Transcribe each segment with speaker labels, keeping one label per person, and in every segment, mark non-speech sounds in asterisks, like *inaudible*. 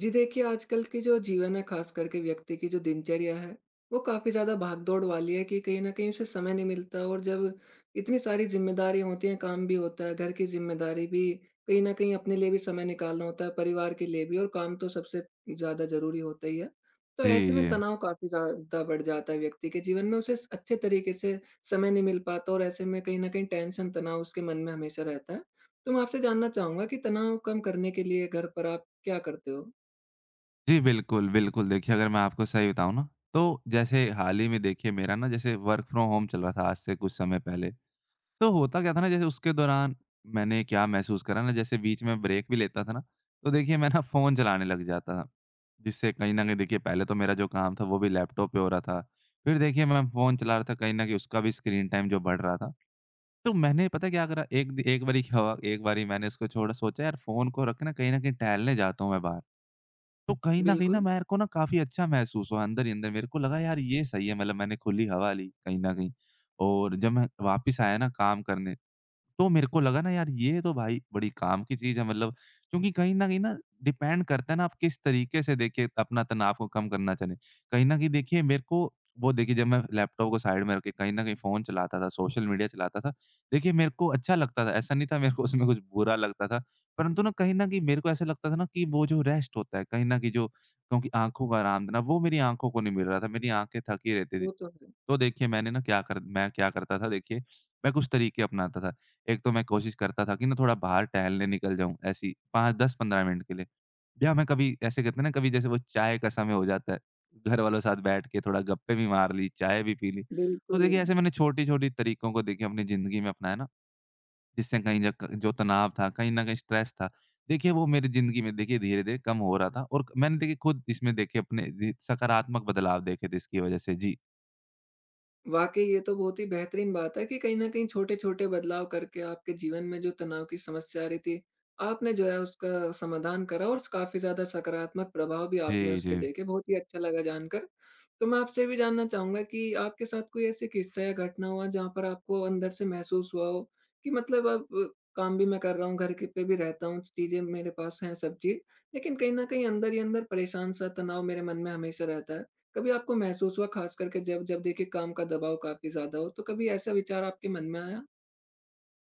Speaker 1: जी देखिए, आजकल की जो जीवन है ख़ास करके व्यक्ति की जो दिनचर्या है, वो काफ़ी ज़्यादा भाग-दौड़ वाली है कि कहीं न कहीं उसे समय नहीं मिलता और जब इतनी सारी ज़िम्मेदारियाँ होती हैं, काम भी होता है, घर की ज़िम्मेदारी भी, कहीं न कहीं अपने लिए भी समय निकालना होता है, परिवार के लिए भी और काम तो सबसे ज़्यादा ज़रूरी होता ही है। तो
Speaker 2: जी,
Speaker 1: ऐसे में
Speaker 2: जी।
Speaker 1: तनाव काफ़ी ज़्यादा बढ़ जाता है व्यक्ति के जीवन में, उसे स अच्छे तरीके से समय नहीं मिल पाता और ऐसे में कहीं न कहीं टेंशन, तनाव उसके मन में हमेशा रहता है। तो मैं आपसे जानना चाहूँगा कि तनाव कम करने के लिए घर पर आप क्या करते हो?
Speaker 2: जी, बिल्कुल, बिल्कुल। देखिए, अगर मैं आपको सही बताऊँ ना, तो जैसे हाल ही में देखिए मेरा ना जैसे वर्क फ्रॉम होम चल रहा था आज से कुछ समय पहले। तो होता क्या था ना, जैसे उसके दौरान मैंने क्या महसूस करा ना, जैसे बीच में ब्रेक भी लेता था ना, तो देखिए मैं ना फ़ोन चलाने लग जाता था। जिससे कहीं न कहीं देखिए पहले तो मेरा जो काम था वो भी लैपटॉप पे हो रहा था। फिर देखिए मैं फ़ोन चला रहा था, कहीं न कहीं उसका भी स्क्रीन टाइम जो बढ़ रहा था। तो मैंने पता है क्या करा, एक बारी क्या हुआ, एक बारी मैंने उसको छोड़ा, सोचा यार फ़ोन को रख के ना कहीं न कहीं टहलने जाता हूँ मैं बाहर। तो कहीं न कहीं ना
Speaker 1: बिल्कुल,
Speaker 2: मेरे को ना काफ़ी अच्छा महसूस हुआ अंदर ही अंदर। मेरे को लगा यार ये सही है, मतलब मैंने खुली हवा ली कहीं न कहीं। और जब मैं वापस आया ना काम करने, तो मेरे को लगा ना यार ये तो भाई बड़ी काम की चीज़ है, मतलब क्योंकि कहीं न कहीं ना डिपेंड करता है ना आप किस तरीके से देखिए अपना तनाव को कम करना चाहें। कहीं न कहीं देखिए मेरे को वो देखिए, जब मैं लैपटॉप को साइड में रख के कहीं न कहीं फ़ोन चलाता था, सोशल मीडिया चलाता था, देखिए मेरे को अच्छा लगता था, ऐसा नहीं था मेरे को उसमें कुछ बुरा लगता था। परंतु ना कहीं न कहीं मेरे को ऐसा लगता था ना कि वो जो रेस्ट होता है, कहीं न कहीं जो क्योंकि आँखों का आराम देना, वो मेरी आँखों को नहीं मिल रहा था, मेरी आँखें थकी रहती थी।
Speaker 1: वो तो है।
Speaker 2: तो देखिए मैंने ना क्या कर मैं क्या करता था देखिए, मैं कुछ तरीके अपनाता था। एक तो मैं कोशिश करता था कि ना थोड़ा बाहर टहलने निकल जाऊँ ऐसे ही 5 10-15 मिनट के लिए, या मैं कभी ऐसे कहते हैं ना, कभी जैसे वो चाय का समय हो जाता है, घर वालों के साथ बैठ के थोड़ा गप्पे भी मार ली, चाय भी पी ली। तो
Speaker 1: बिल्कुल,
Speaker 2: देखिए ऐसे मैंने छोटी-छोटी तरीकों को देखिए अपनी ज़िंदगी में अपनाया ना, जिससे कहीं ज क जो तनाव था, कहीं न कहीं स्ट्रेस था, देखिए वो मेरी ज़िंदगी में देखिए धीरे-धीरे कम हो रहा था। और मैंने देखिए खुद इसमें देखिए अपने जी सकारात्मक बदलाव देखे थे इसकी वज़ह से। जी।
Speaker 1: वाक़ई ये तो बहुत ही बेहतरीन बात है कि कहीं न कहीं छोटे-छोटे बदलाव करके आपके जीवन में जो तनाव की समस्या आ रही थी, आपने जो है उसका समाधान करा और काफ़ी ज़्यादा सकारात्मक प्रभाव भी आपने
Speaker 2: जी,
Speaker 1: उसके
Speaker 2: जी।
Speaker 1: देखे। बहुत ही अच्छा लगा जानकर। तो मैं आपसे ये भी जानना चाहूँगा कि आपके साथ कोई ऐसे किस्सा या घटना हुआ जहाँ पर आपको अंदर से महसूस हुआ हो कि मतलब काम भी मैं कर रहा हूँ, घर के पे भी रहता हूँ, चीज़ें मेरे पास हैं सब चीज़, लेकिन कहीं न कहीं अंदर ही अंदर परेशान-सा तनाव मेरे मन में हमेशा रहता है। कभी आपको महसूस हुआ ख़ास करके जब जब देखिए काम का दबाव काफ़ी ज़्यादा हो, तो कभी ऐसा विचार आपके मन में आया?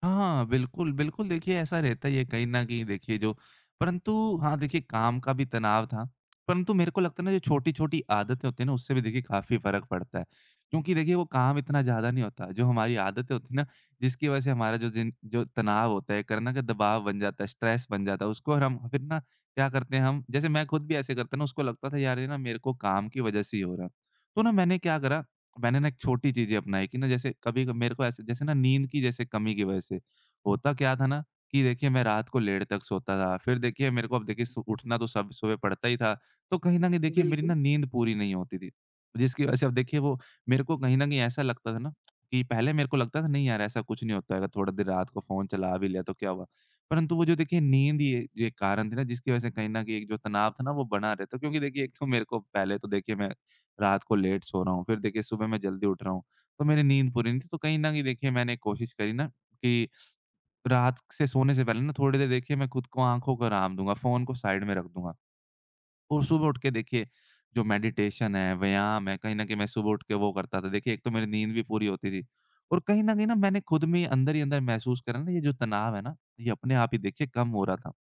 Speaker 2: हाँ, बिल्कुल, बिल्कुल। देखिए ऐसा रहता ही है कहीं न कहीं देखिए जो, परंतु हाँ, देखिए काम का भी तनाव था, परंतु मेरे को लगता है ना जो छोटी-छोटी आदतें होती हैं ना उससे भी देखिए काफ़ी फ़र्क पड़ता है। क्योंकि देखिए वो काम इतना ज़्यादा नहीं होता, जो हमारी आदतें होती हैं ना जिसकी वज़ह से हमारा जो तनाव होता है, एक ना के दबाव बन जाता है, स्ट्रेस बन जाता है उसको। और हम फिर ना क्या करते हैं, हम जैसे मैं खुद भी ऐसे करता ना उसको, लगता था यार ये ना मेरे को काम की वज़ह से ही हो रहा है। तो ना मैंने क्या करा, मैंने ना एक छोटी चीज़ें अपनाई कि ना जैसे कभी क मेरे को ऐसे जैसे ना नींद की जैसे कमी की वज़ह से, होता क्या था ना कि देखिए मैं रात को लेट तक सोता था। फिर देखिए मेरे को अब देखिए सु उठना तो सब सुबह पड़ता ही था। तो कहीं न कहीं देखिए मेरी ना
Speaker 1: बिल्कुल,
Speaker 2: नींद पूरी नहीं होती थी। जिसकी वज़ह से अब देखिए वो मेरे को कहीं न कहीं ऐसा लगता था ना कि पहले मेरे को लगता था नहीं यार ऐसा कुछ नहीं होता है, अगर थोड़ा देर रात को फ़ोन चला भी लिया तो क्या हुआ? परंतु वो जो देखिए नींद ही ये कारण थी ना, जिसकी वज़ह से कहीं न कहीं एक जो तनाव था ना वो बना रहता। क्योंकि देखिए एक तो मेरे को पहले तो देखिए मैं रात को लेट सो रहा हूँ, फिर देखिए सुबह मैं जल्दी उठ रहा हूँ, तो मेरी नींद पूरी नहीं थी। तो कहीं न कहीं देखिए मैंने कोशिश करी ना कि रात से सोने से पहले ना थोड़ी देर देखिए मैं खुद को आँखों को आराम दूँगा, फ़ोन को साइड में रख दूँगा और सुबह उठ के देखिए जो मेडिटेशन है, व्यायाम है, कहीं न कहीं मैं सुबह उठ के वो करता था। देखिए एक तो मेरी नींद भी पूरी होती थी और कहीं न कहीं ना मैंने खुद में ही अंदर महसूस करा ना ये जो तनाव है ना, ये अपने आप ही देखिए कम हो रहा था।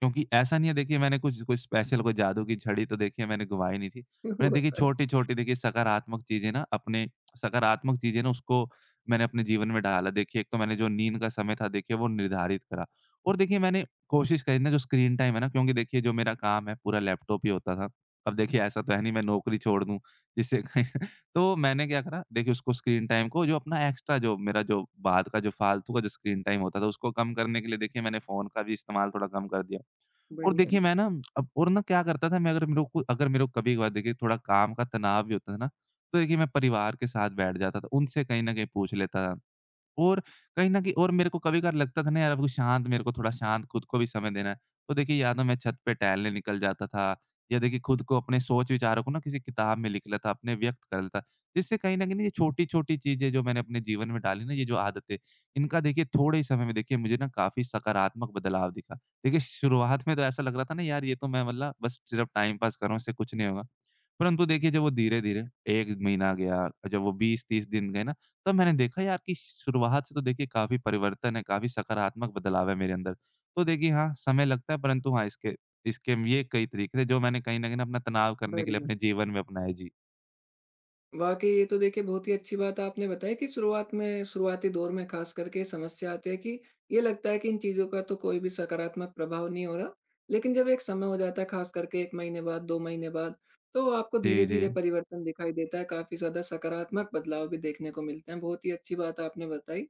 Speaker 2: क्योंकि ऐसा नहीं है देखिए मैंने कुछ कोई स्पेशल कोई जादू की छड़ी तो देखिए मैंने घुमाई नहीं थी।
Speaker 1: *laughs*
Speaker 2: मैंने
Speaker 1: वो तो
Speaker 2: देखिए
Speaker 1: है।
Speaker 2: छोटी-छोटी देखिए सकारात्मक चीज़ें ना अपने सकारात्मक चीज़ें ना उसको मैंने अपने जीवन में डाला। देखिए एक तो मैंने जो नींद का समय था देखिए वो निर्धारित करा और देखिए मैंने कोशिश करी ना जो स्क्रीन टाइम है ना, क्योंकि देखिए जो मेरा काम है पूरा लैपटॉप ही होता था। अब देखिए ऐसा तो है नहीं मैं नौकरी छोड़ दूँ जिससे कहीं *laughs* तो मैंने क्या करा देखिए उसको स्क्रीन टाइम को जो अपना एक्स्ट्रा जो मेरा जो बाद का जो फालतू का जो स्क्रीन टाइम होता था उसको कम करने के लिए देखिए मैंने फ़ोन का भी इस्तेमाल थोड़ा कम कर दिया। और
Speaker 1: बढ़िया,
Speaker 2: देखिए मैं ना अब और ना क्या करता था, मैं अगर मेरे को कभी-कभार देखिए थोड़ा काम का तनाव भी होता था ना, तो देखिए मैं परिवार के साथ बैठ जाता था, उनसे कहीं न कहीं पूछ लेता था। और कहीं न कहीं और मेरे को कभी-कभार लगता था ना यार अब कुछ शांत, मेरे को थोड़ा शांत खुद को भी समय देना है। तो देखिए या तो मैं छत पे टहलने निकल जाता था, या देखिए खुद को अपने सोच विचारों को ना किसी किताब में लिख लेता, अपने व्यक्त कर लेता। इससे कहीं न कहीं ये छोटी-छोटी चीज़ें जो मैंने अपने जीवन में डाली ना ये जो आदतें, इनका देखिए थोड़े ही समय में देखिए मुझे ना काफ़ी सकारात्मक बदलाव दिखा। देखिए शुरुआत में तो ऐसा लग रहा था ना यार ये तो मैं मतलब बस सिर्फ टाइम पास कर रहा हूँ, इससे कुछ नहीं होगा। परंतु देखिए जब वो धीरे-धीरे 1 महीना गया, जब वो 20-30 दिन गए ना, तब मैंने देखा यार कि शुरुआत से तो देखिए काफ़ी परिवर्तन है, काफ़ी सकारात्मक बदलाव है मेरे अंदर। तो देखिए हाँ, समय लगता है, परंतु हाँ, इसके इसके ये कई तरीके थे जो मैंने कहीं न कहीं ना अपना तनाव करने के लिए
Speaker 1: बढ़िया।
Speaker 2: अपने जीवन में अपनाए। जी।
Speaker 1: वाक़ई ये तो देखिए बहुत ही अच्छी बात आपने बताई कि शुरुआत में शुरुआती दौर में ख़ास करके ये समस्या आती है कि ये लगता है कि इन चीज़ों का तो कोई भी सकारात्मक प्रभाव नहीं हो रहा। लेकिन जब एक समय हो जाता है ख़ास करके 1 महीने बाद, 2 महीने बाद, तो आपको
Speaker 2: जी, जी।
Speaker 1: धीरे-धीरे परिवर्तन दिखाई देता है, काफ़ी ज़्यादा सकारात्मक बदलाव भी देखने को मिलते हैं। बहुत ही अच्छी बात आपने बताई।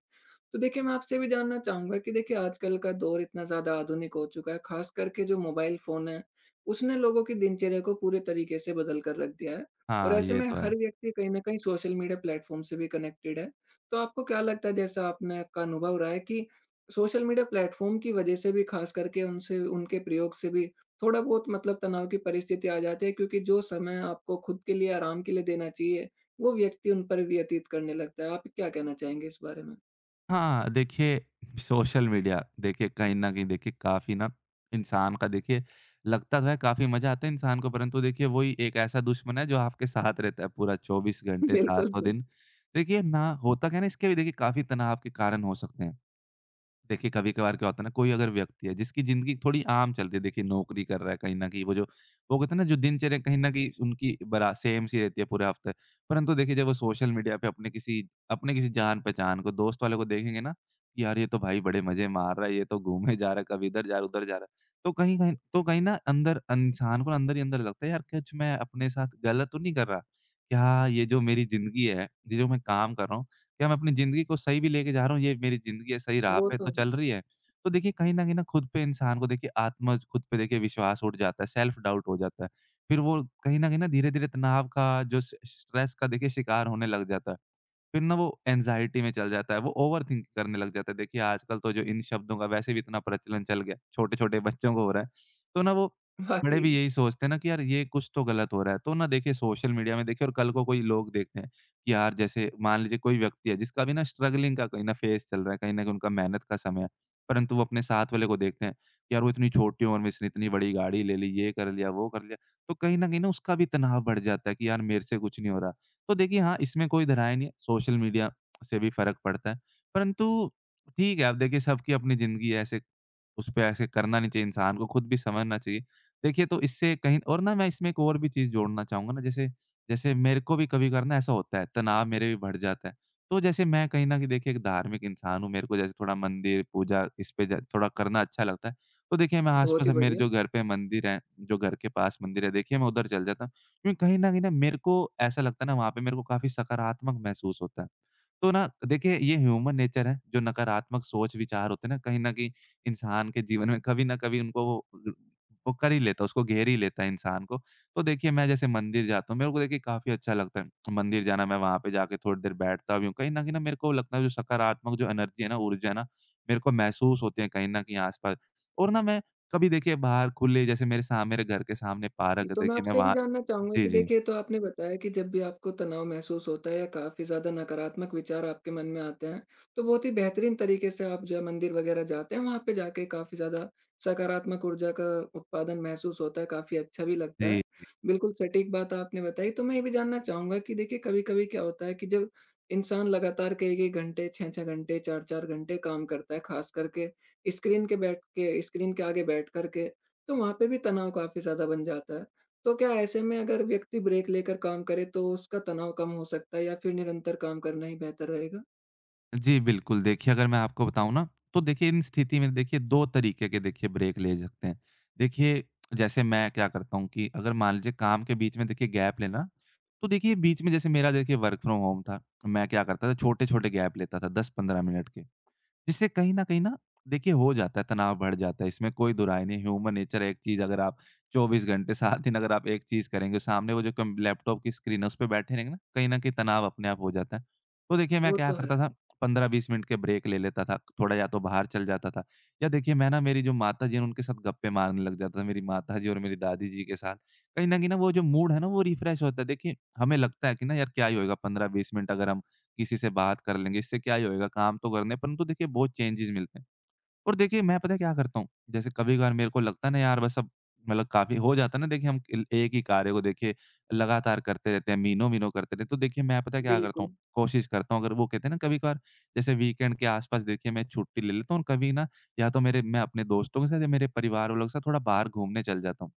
Speaker 1: तो देखिए मैं आपसे भी जानना चाहूँगा कि देखिए आजकल का दौर इतना ज़्यादा आधुनिक हो चुका है, ख़ास करके जो मोबाइल फ़ोन है, उसने लोगों की दिनचर्या को पूरे तरीके से बदल कर रख दिया है। और
Speaker 2: हाँ,
Speaker 1: ऐसे
Speaker 2: ये
Speaker 1: में
Speaker 2: तो है।
Speaker 1: हर व्यक्ति कहीं न कहीं सोशल मीडिया प्लेटफ़ॉर्म से भी कनेक्टेड है। तो आपको क्या लगता है जैसा आपने का अनुभव रहा है कि सोशल मीडिया प्लेटफ़ॉर्म की वजह से भी ख़ास करके उनसे उनके प्रयोग से भी थोड़ा बहुत मतलब तनाव की परिस्थिति आ जाती है क्योंकि जो समय आपको खुद के लिए, आराम के लिए देना चाहिए, वो व्यक्ति उन पर व्यतीत करने लगता है। आप क्या कहना चाहेंगे इस बारे में?
Speaker 2: हाँ, देखिए सोशल मीडिया देखिए कहीं न कहीं देखिए काफ़ी ना इंसान का देखिए लगता तो है, काफ़ी मज़ा आता है इंसान को, परंतु देखिए वही एक ऐसा दुश्मन है जो आपके साथ रहता है पूरा 24
Speaker 1: *laughs*
Speaker 2: घंटे
Speaker 1: बिल्कुल,
Speaker 2: सातों दिन। देखिए ना होता क्या है ना, इसके भी देखिए काफ़ी तनाव के कारण हो सकते हैं। देखिए, कभी-कभार क्या होता है ना, कोई अगर व्यक्ति है जिसकी ज़िंदगी थोड़ी आम चल रही है, देखिए नौकरी कर रहा है कहीं न कहीं, वो कहते हैं ना जो दिनचर्या कहीं न कहीं उनकी बरा सेम सी रहती है पूरे हफ़्ते। परंतु देखिए जब वो सोशल मीडिया पे अपने किसी जान-पहचान को, दोस्त वाले को देखेंगे ना, यार ये तो भाई बड़े मज़े मार रहा है, ये तो घूमने जा रहा है, कभी इधर जा रहा है, उधर जा रहा है। तो कहीं कहीं तो कहीं ना अंदर इंसान को अंदर ही अंदर लगता है यार कुछ मैं अपने साथ गलत तो नहीं कर रहा? क्या ये जो मेरी ज़िंदगी है, ये जो मैं काम कर रहा हूँ, क्या मैं अपनी ज़िंदगी को सही भी लेके जा रहा हूँ, ये मेरी ज़िंदगी है, सही राह
Speaker 1: वो
Speaker 2: पे
Speaker 1: तो
Speaker 2: तो
Speaker 1: है।
Speaker 2: चल रही है। तो देखिए कहीं न कहीं ना खुद पे इंसान को देखिए आत्म खुद पे देखिए विश्वास उठ जाता है, सेल्फ डाउट हो जाता है। फिर वो कहीं न कहीं ना धीरे-धीरे तनाव का जो स स्ट्रेस का देखिए शिकार होने लग जाता है। फिर ना वो एंग्ज़ायटी में चल जाता है, वो ओवरथिंक करने लग जाता है। देखिए, आजकल तो जो इन शब्दों का वैसे भी इतना प्रचलन चल गया है, छोटे-छोटे बच्चों को हो रहा है। तो ना वो बड़े
Speaker 1: वाक़ई,
Speaker 2: भी यही सोचते हैं ना कि यार ये कुछ तो गलत हो रहा है। तो ना देखिए सोशल मीडिया में देखिए और कल को कोई लोग देखते हैं कि यार, जैसे मान लीजिए कोई व्यक्ति है जिसका भी ना स्ट्रगलिंग का कहीं न फ़ेज़ चल रहा है, कहीं न कहीं उनका मेहनत का समय है। परंतु वो अपने साथ वाले को देखते हैं कि यार वो इतनी छोटी उम्र में इसने इतनी बड़ी गाड़ी ले ली, ये कर लिया, वो कर लिया। तो कहीं न कहीं ना उसका भी तनाव बढ़ जाता है कि यार, मेरे से कुछ नहीं हो रहा। तो देखिए हाँ, इसमें कोई धराए नहीं है, सोशल मीडिया से भी फ़र्क पड़ता है। परंतु ठीक है, अब देखिए सबकी अपनी ज़िंदगी है, ऐसे उसपे ऐसे करना नहीं चाहिए इंसान को, खुद भी समझना चाहिए। देखिए, तो इससे कहीं और ना, मैं इसमें एक और भी चीज़ जोड़ना चाहूँगा ना, जैसे जैसे मेरे को भी कभी-कभार ना ऐसा होता है, तनाव मेरे भी बढ़ जाता है। तो जैसे मैं कहीं न कहीं देखिए एक धार्मिक इंसान हूँ, मेरे को जैसे थोड़ा मंदिर, पूजा इस पे ज थोड़ा करना अच्छा लगता है। तो देखिए मैं
Speaker 1: बहुत
Speaker 2: आस-पास,
Speaker 1: ही
Speaker 2: अब मेरे
Speaker 1: बढ़िया।
Speaker 2: जो घर पे मंदिर है, जो घर के पास मंदिर है, देखिए मैं उधर चल जाता हूँ। क्योंकि कहीं न कहीं ना मेरे को ऐसा लगता है ना, वहाँ पे मेरे को काफ़ी सकारात्मक महसूस होता है। तो ना देखिए ये ह्यूमन नेचर है, जो नकारात्मक सोच-विचार होते हैं ना, कहीं न कहीं इंसान के जीवन में कभी न कभी उनको वो कर ही लेता है, उसको घेर ही लेता है इंसान को। तो देखिए मैं जैसे मंदिर जाता हूँ, मेरे को देखिए काफ़ी अच्छा लगता है। मंदिर जाना, मैं वहाँ पे जाके थोड़ी देर बैठता भी हूँ। कहीं न कहीं ना मेरे को लगता है जो सकारात्मक, जो एनर्जी है ना, ऊर्जा है ना, मेरे को महसूस होती है कहीं न कहीं आस-पास। और ना मैं कभी देखिए बाहर खुले, जैसे मेरे घर के सामने पार्क है,
Speaker 1: तो मैं
Speaker 2: देखिए मैं
Speaker 1: आपसे भी
Speaker 2: वहाँ
Speaker 1: जानना चाहूँगा
Speaker 2: जी,
Speaker 1: कि
Speaker 2: जी।
Speaker 1: देखिए ये तो आपने बताया कि जब भी आपको तनाव महसूस होता है या काफ़ी ज़्यादा नकारात्मक विचार आपके मन में आते हैं, तो बहुत ही बेहतरीन तरीके से आप जो है मंदिर वग़ैरह जाते हैं, वहाँ पे जाके काफ़ी ज़्यादा सकारात्मक ऊर्जा का उत्पादन महसूस होता है, काफ़ी अच्छा भी लगता
Speaker 2: जी।
Speaker 1: है। बिल्कुल सटीक बात आपने बताई, तो मैं ये भी जानना चाहूँगा कि देखिए कभी-कभी क्या होता है कि जब इंसान लगातार कई-कई घंटे, 6-6 घंटे, 4-4 घंटे काम करता है, ख़ास करके स्क्रीन के बैठ के स्क्रीन के आगे बैठ कर के, तो वहाँ पे भी तनाव काफ़ी ज़्यादा बन जाता है। तो क्या ऐसे में अगर व्यक्ति ब्रेक लेकर काम करे तो उसका तनाव कम हो सकता है या फिर निरंतर काम करना ही बेहतर रहेगा?
Speaker 2: जी, बिल्कुल देखिए, अगर मैं आपको बताऊँ ना, तो देखिए इन स्थिति में देखिए 2 तरीके के देखिए ब्रेक ले सकते हैं। देखिए, जैसे मैं क्या करता हूँ कि अगर मान लीजिए काम के बीच में देखिए गैप लेना, तो देखिए बीच में जैसे मेरा देखिए वर्क फ्रॉम होम था। मैं क्या करता था, छोटे-छोटे गैप लेता था 10-15 मिनट के। जिससे कहीं न कहीं ना देखिए हो जाता है, तनाव बढ़ जाता है, इसमें कोई दोहराय नहीं, ह्यूमन नेचर है, एक चीज़ अगर आप 24 घंटे 7 दिन अगर आप एक चीज़ करेंगे, सामने वो जो कम लैपटॉप की स्क्रीन है उस पे बैठे रहेंगे ना, कहीं न कहीं तनाव अपने आप हो जाता है। तो देखिए मैं
Speaker 1: वो
Speaker 2: क्या
Speaker 1: तो है।
Speaker 2: करता था, 15-20 मिनट के ब्रेक ले लेता था, थोड़ा या तो बाहर चल जाता था, या देखिए मैं ना, मेरी जो माताजी हैं उनके साथ गप्पे मारने लग जाता था, मेरी माताजी और मेरी दादी जी के साथ। कहीं न कहीं ना वो जो मूड है ना, वो रिफ्रेश होता है। देखिए हमें लगता है कि ना, यार क्या ही होएगा 15-20 मिनट अगर हम किसी से बात कर लेंगे, इससे क्या ही होएगा, काम तो करने हैं, परंतु देखिए बहुत चेंजेज़ मिलते हैं। और देखिए मैं पता है क्या करता हूँ, जैसे कभी-कभार मेरे को लगता है ना, यार बस अब मतलब काफ़ी हो जाता है ना, देखिए हम इल एक ही कार्य को देखिए लगातार करते रहते हैं, महीनों-महीनों करते रहते हैं, तो देखिए मैं पता है क्या करता हूँ,
Speaker 1: बिल्कुल,
Speaker 2: कोशिश करता हूँ, अगर वो कहते हैं ना, कभी-कभार जैसे वीकेंड के आस-पास देखिए मैं छुट्टी ले लेता हूँ और कभी ना या तो मेरे मैं अपने दोस्तों के साथ या मेरे परिवार वालों के साथ थोड़ा बाहर घूमने चल जाता हूँ।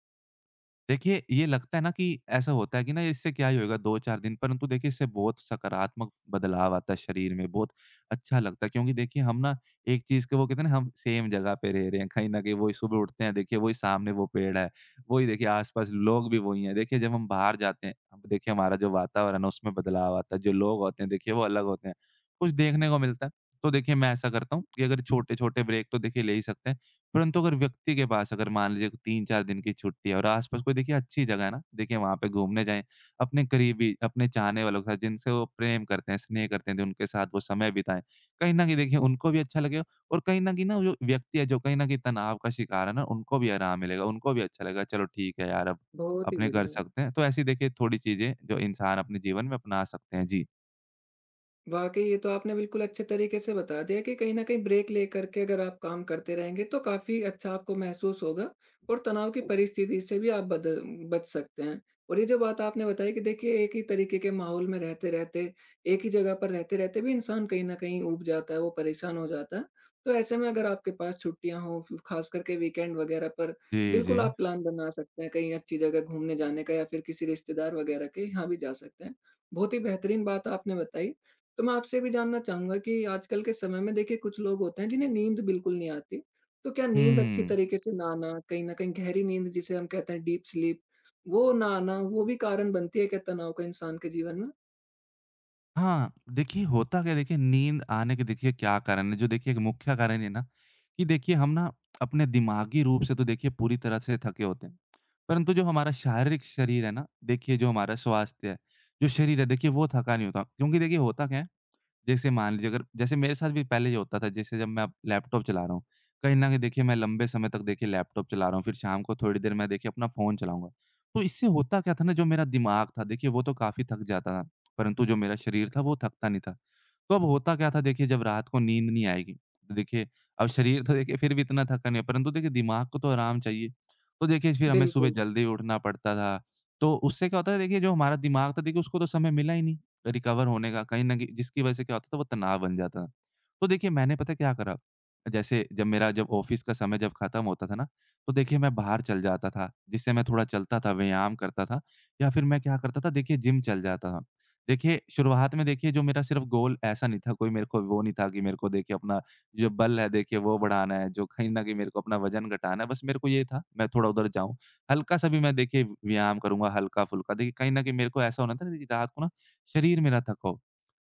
Speaker 2: देखिए, ये लगता है ना कि ऐसा होता है कि ना, इससे क्या ही होएगा 2-4 दिन, परंतु देखिए इससे बहुत सकारात्मक बदलाव आता है शरीर में, बहुत अच्छा लगता है। क्योंकि देखिए हम ना एक चीज़ के, वो कहते हैं ना, हम सेम जगह पे रह रहे हैं, कहीं न कहीं वही सुबह उठते हैं, देखिए वही सामने वो पेड़ है, वही देखिए आस-पास लोग भी वही हैं। देखिए जब हम बाहर जाते हैं, अब देखिए हमारा जो वातावरण है उसमें बदलाव आता है, जो लोग होते हैं देखिए वो अलग होते हैं, कुछ देखने को मिलता है। तो देखिए मैं ऐसा करता हूँ कि अगर छोटे-छोटे ब्रेक तो देखिए ले ही सकते हैं। परंतु अगर व्यक्ति के पास अगर मान लीजिए 3-4 दिन की छुट्टी है और आस-पास कोई देखिए अच्छी जगह है ना, देखिए वहाँ पे घूमने जाएँ, अपने करीबी, अपने चाहने वालों के साथ, जिनसे वो प्रेम करते हैं, स्नेह करते हैं, जो उनके साथ वो समय बिताएँ। कहीं न कहीं देखिए उनको भी अच्छा लगेगा, और कहीं न कहीं ना जो व्यक्ति है जो कहीं न कहीं तनाव का शिकार है ना, उनको भी आराम मिलेगा, उनको भी अच्छा लगेगा, चलो ठीक है यार, अब
Speaker 1: बहुत ही
Speaker 2: अपने कर
Speaker 1: बढ़िया।
Speaker 2: सकते हैं। तो ऐसी देखिए थोड़ी चीज़ें जो इंसान अपने जीवन में अपना सकते हैं। जी।
Speaker 1: वाक़ई ये तो आपने बिल्कुल अच्छे तरीके से बता दिया कि कहीं न कहीं ब्रेक लेकर के अगर आप काम करते रहेंगे तो काफ़ी अच्छा आपको महसूस होगा और तनाव की परिस्थिति से भी आप बद बच सकते हैं। और ये जो बात आपने बताई कि देखिए एक ही तरीके के माहौल में रहते-रहते, एक ही जगह पर रहते-रहते भी इंसान कहीं न कहीं ऊब जाता है, वो परेशान हो जाता है। तो ऐसे में अगर आपके पास छुट्टियाँ हों फ़ ख़ास करके वीकेंड वग़ैरह पर
Speaker 2: जी, जी।
Speaker 1: बिल्कुल आप प्लान बना सकते हैं कहीं अच्छी जगह घूमने जाने का या फिर किसी रिश्तेदार वग़ैरह के यहाँ भी जा सकते हैं। बहुत ही बेहतरीन बात आपने बताई। तो मैं आपसे भी जानना चाहूँगा कि आजकल के समय में देखिए कुछ लोग होते हैं जिन्हें नींद बिल्कुल नहीं आती। तो क्या नींद अच्छी
Speaker 2: हुँ।
Speaker 1: तरीके से ना आना, कहीं न कहीं गहरी नींद जिसे हम कहते हैं डीप स्लीप, वो ना आना, वो भी कारण बनती है क्या तनाव का इंसान के जीवन में?
Speaker 2: हाँ, देखिए होता क्या है, देखिए नींद आने के देखिए क्या कारण है, जो देखिए एक मुख्य कारण ये है ना कि देखिए हम ना अपने दिमागी रूप से तो देखिए पूरी तरह से थके होते हैं। परंतु जो हमारा शारीरिक शरीर है ना, देखिए जो हमारा स्वास्थ्य है, जो शरीर है देखिए वो थका नहीं होता। क्योंकि देखिए होता क्या है, जैसे मान लीजिए, अगर जैसे मेरे साथ भी पहले ये होता था, जैसे जब मैं अब लैपटॉप चला रहा हूँ, कहीं न कहीं देखिए मैं लंबे समय तक देखिए लैपटॉप चला रहा हूँ, फिर शाम को थोड़ी देर मैं देखिए अपना फ़ोन चलाऊँगा। तो इससे होता क्या था ना, जो मेरा दिमाग था देखिए वो तो काफ़ी थक जाता था, परंतु जो मेरा शरीर था, वो थकता नहीं था। तो अब होता क्या था देखिए, जब रात को नींद नहीं आएगी, तो देखिए अब शरीर तो देखिए फिर भी इतना थका नहीं है, परंतु देखिए दिमाग को तो आराम चाहिए। तो देखिए फिर हमें सुबह
Speaker 1: बिल्कुल,
Speaker 2: जल्दी उठना पड़ता था, तो उससे क्या होता है देखिए, जो हमारा दिमाग था देखिए उसको तो समय मिला ही नहीं, रिकवर होने का, कहीं न कहीं जिसकी वज़ह से क्या होता था, वो तनाव बन जाता था। तो देखिए मैंने पता है क्या करा, जैसे जब मेरा जब ऑफ़िस का समय जब ख़त्म होता था ना, तो देखिए मैं बाहर चल जाता था, जिससे मैं थोड़ा चलता था, व्यायाम करता था, या फिर मैं क्या करता था देखिए, जिम चल जाता था। देखिए शुरुआत में देखिए जो मेरा सिर्फ़ गोल ऐसा नहीं था, कोई मेरे को वो नहीं था कि मेरे को देखिए अपना जो बल है देखिए वो बढ़ाना है, जो कहीं न कहीं मेरे को अपना वज़न घटाना है, बस मेरे को ये था मैं थोड़ा उधर जाऊँ। हल्का-सा भी मैं देखिए व्यायाम करूँगा हल्का-फुल्का, देखिए कहीं न कहीं मेरे को ऐसा होना था ना कि रात को ना शरीर मेरा थका हो।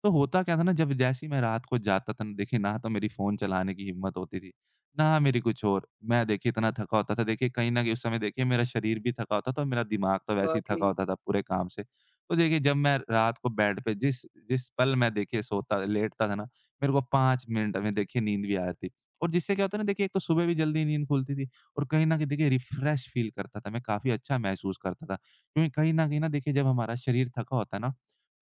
Speaker 2: तो होता क्या था ना, जब जैसे ही मैं रात को जाता था ना, देखिए ना तो मेरी फ़ोन चलाने की हिम्मत होती थी, ना मेरी कुछ और। मैं देखिए इतना थका होता था, देखिए कहीं न कहीं उस समय देखिए मेरा शरीर भी थका होता था, और मेरा दिमाग तो वैसे ही थका
Speaker 1: वाक़ई,
Speaker 2: होता था पूरे काम से। तो देखिए जब मैं रात को बेड पे जिस जिस पल मैं देखिए सोता लेटता था ना, मेरे को 5 मिनट में देखिए नींद भी आ जाती थी। और जिससे क्या होता है ना, देखिए एक तो सुबह भी जल्दी नींद खुलती थी, और कहीं न कहीं देखिए रिफ़्रेश फ़ील करता था मैं, काफ़ी अच्छा महसूस करता था। क्योंकि कहीं न कहीं ना देखिए जब हमारा शरीर थका होता है ना,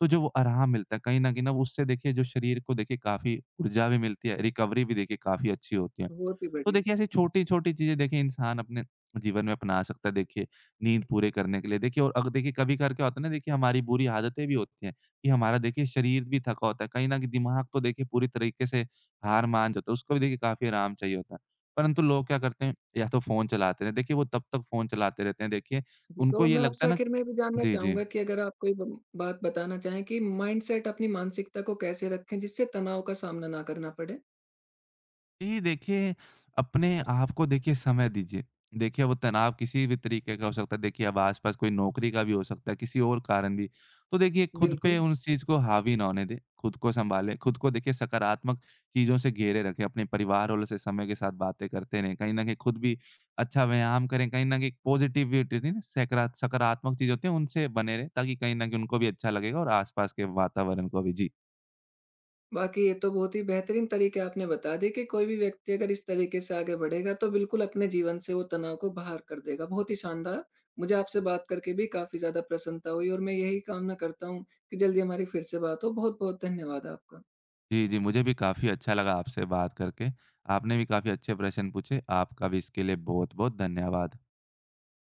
Speaker 2: तो जो वो आराम मिलता है कहीं न कहीं ना, वो उससे देखिए जो शरीर को देखिए काफ़ी ऊर्जा भी मिलती है, रिकवरी भी देखिए काफ़ी अच्छी होती है।
Speaker 1: बहुत ही
Speaker 2: तो
Speaker 1: बढ़िया।
Speaker 2: देखिए ऐसी छोटी-छोटी चीज़ें देखिए इंसान अपने जीवन में अपना सकता है देखिए, नींद पूरे करने के लिए। देखिए और अग देखिए कभी-कभार क्या होता है ना, देखिए हमारी बुरी आदतें भी होती हैं कि हमारा देखिए शरीर भी थका होता है। कहीं न कहीं दिमाग तो देखिए पूरी तरीके से हार मान जाता है, उसको भी देखिए काफ़ी आराम चाहिए होता है। परंतु लोग क्या करते हैं, या तो फ़ोन चलाते हैं, देखिए वो तब तक फ़ोन चलाते रहते हैं देखिए,
Speaker 1: जी,
Speaker 2: उनको
Speaker 1: तो
Speaker 2: ये
Speaker 1: मैं
Speaker 2: लगता
Speaker 1: आपसे
Speaker 2: है ना कि
Speaker 1: आखिर में ये भी जानना
Speaker 2: जी, जी।
Speaker 1: चाहूँगा कि अगर आप कोई ब बात बताना चाहें कि माइंडसेट अपनी मानसिकता को कैसे रखें जिससे तनाव का सामना ना करना पड़े?
Speaker 2: जी देखिए, अपने आप को देखिए समय दीजिए। देखिए वो तनाव किसी भी तरीके का हो सकता है, देखिए अब आस-पास कोई नौकरी का भी हो सकता है, किसी और कारण भी। तो देखिए खुद पे
Speaker 1: बिल्कुल।
Speaker 2: उस चीज़ को हावी ना होने दें, खुद को सँभालें, खुद को देखिए सकारात्मक चीज़ों से घेरे रखें, अपने परिवार वालों से समय के साथ बातें करते रहें, कहीं न कहीं खुद भी अच्छा व्यायाम करें, कहीं न कहीं पॉज़िटिविटी होती है ना, सकारात्मक चीज़ होती है, उनसे बने रहें, ताकि कहीं न कहीं उनको भी अच्छा लगेगा और आस-पास के वातावरण को भी। जी।
Speaker 1: बाकी ये तो बहुत ही बेहतरीन तरीके आपने बता दिए कि कोई भी व्यक्ति अगर इस तरीके से आगे बढ़ेगा तो बिल्कुल अपने जीवन से वो तनाव को बाहर कर देगा। बहुत ही शानदार! मुझे आपसे बात करके भी काफ़ी ज़्यादा प्रसन्नता हुई और मैं यही कामना करता हूँ कि जल्दी हमारी फिर से बात हो। बहुत-बहुत धन्यवाद आपका।
Speaker 2: जी, जी, मुझे भी काफ़ी अच्छा लगा आपसे बात करके। आपने भी काफ़ी अच्छे प्रश्न पूछे। आपका भी इसके लिए बहुत-बहुत धन्यवाद।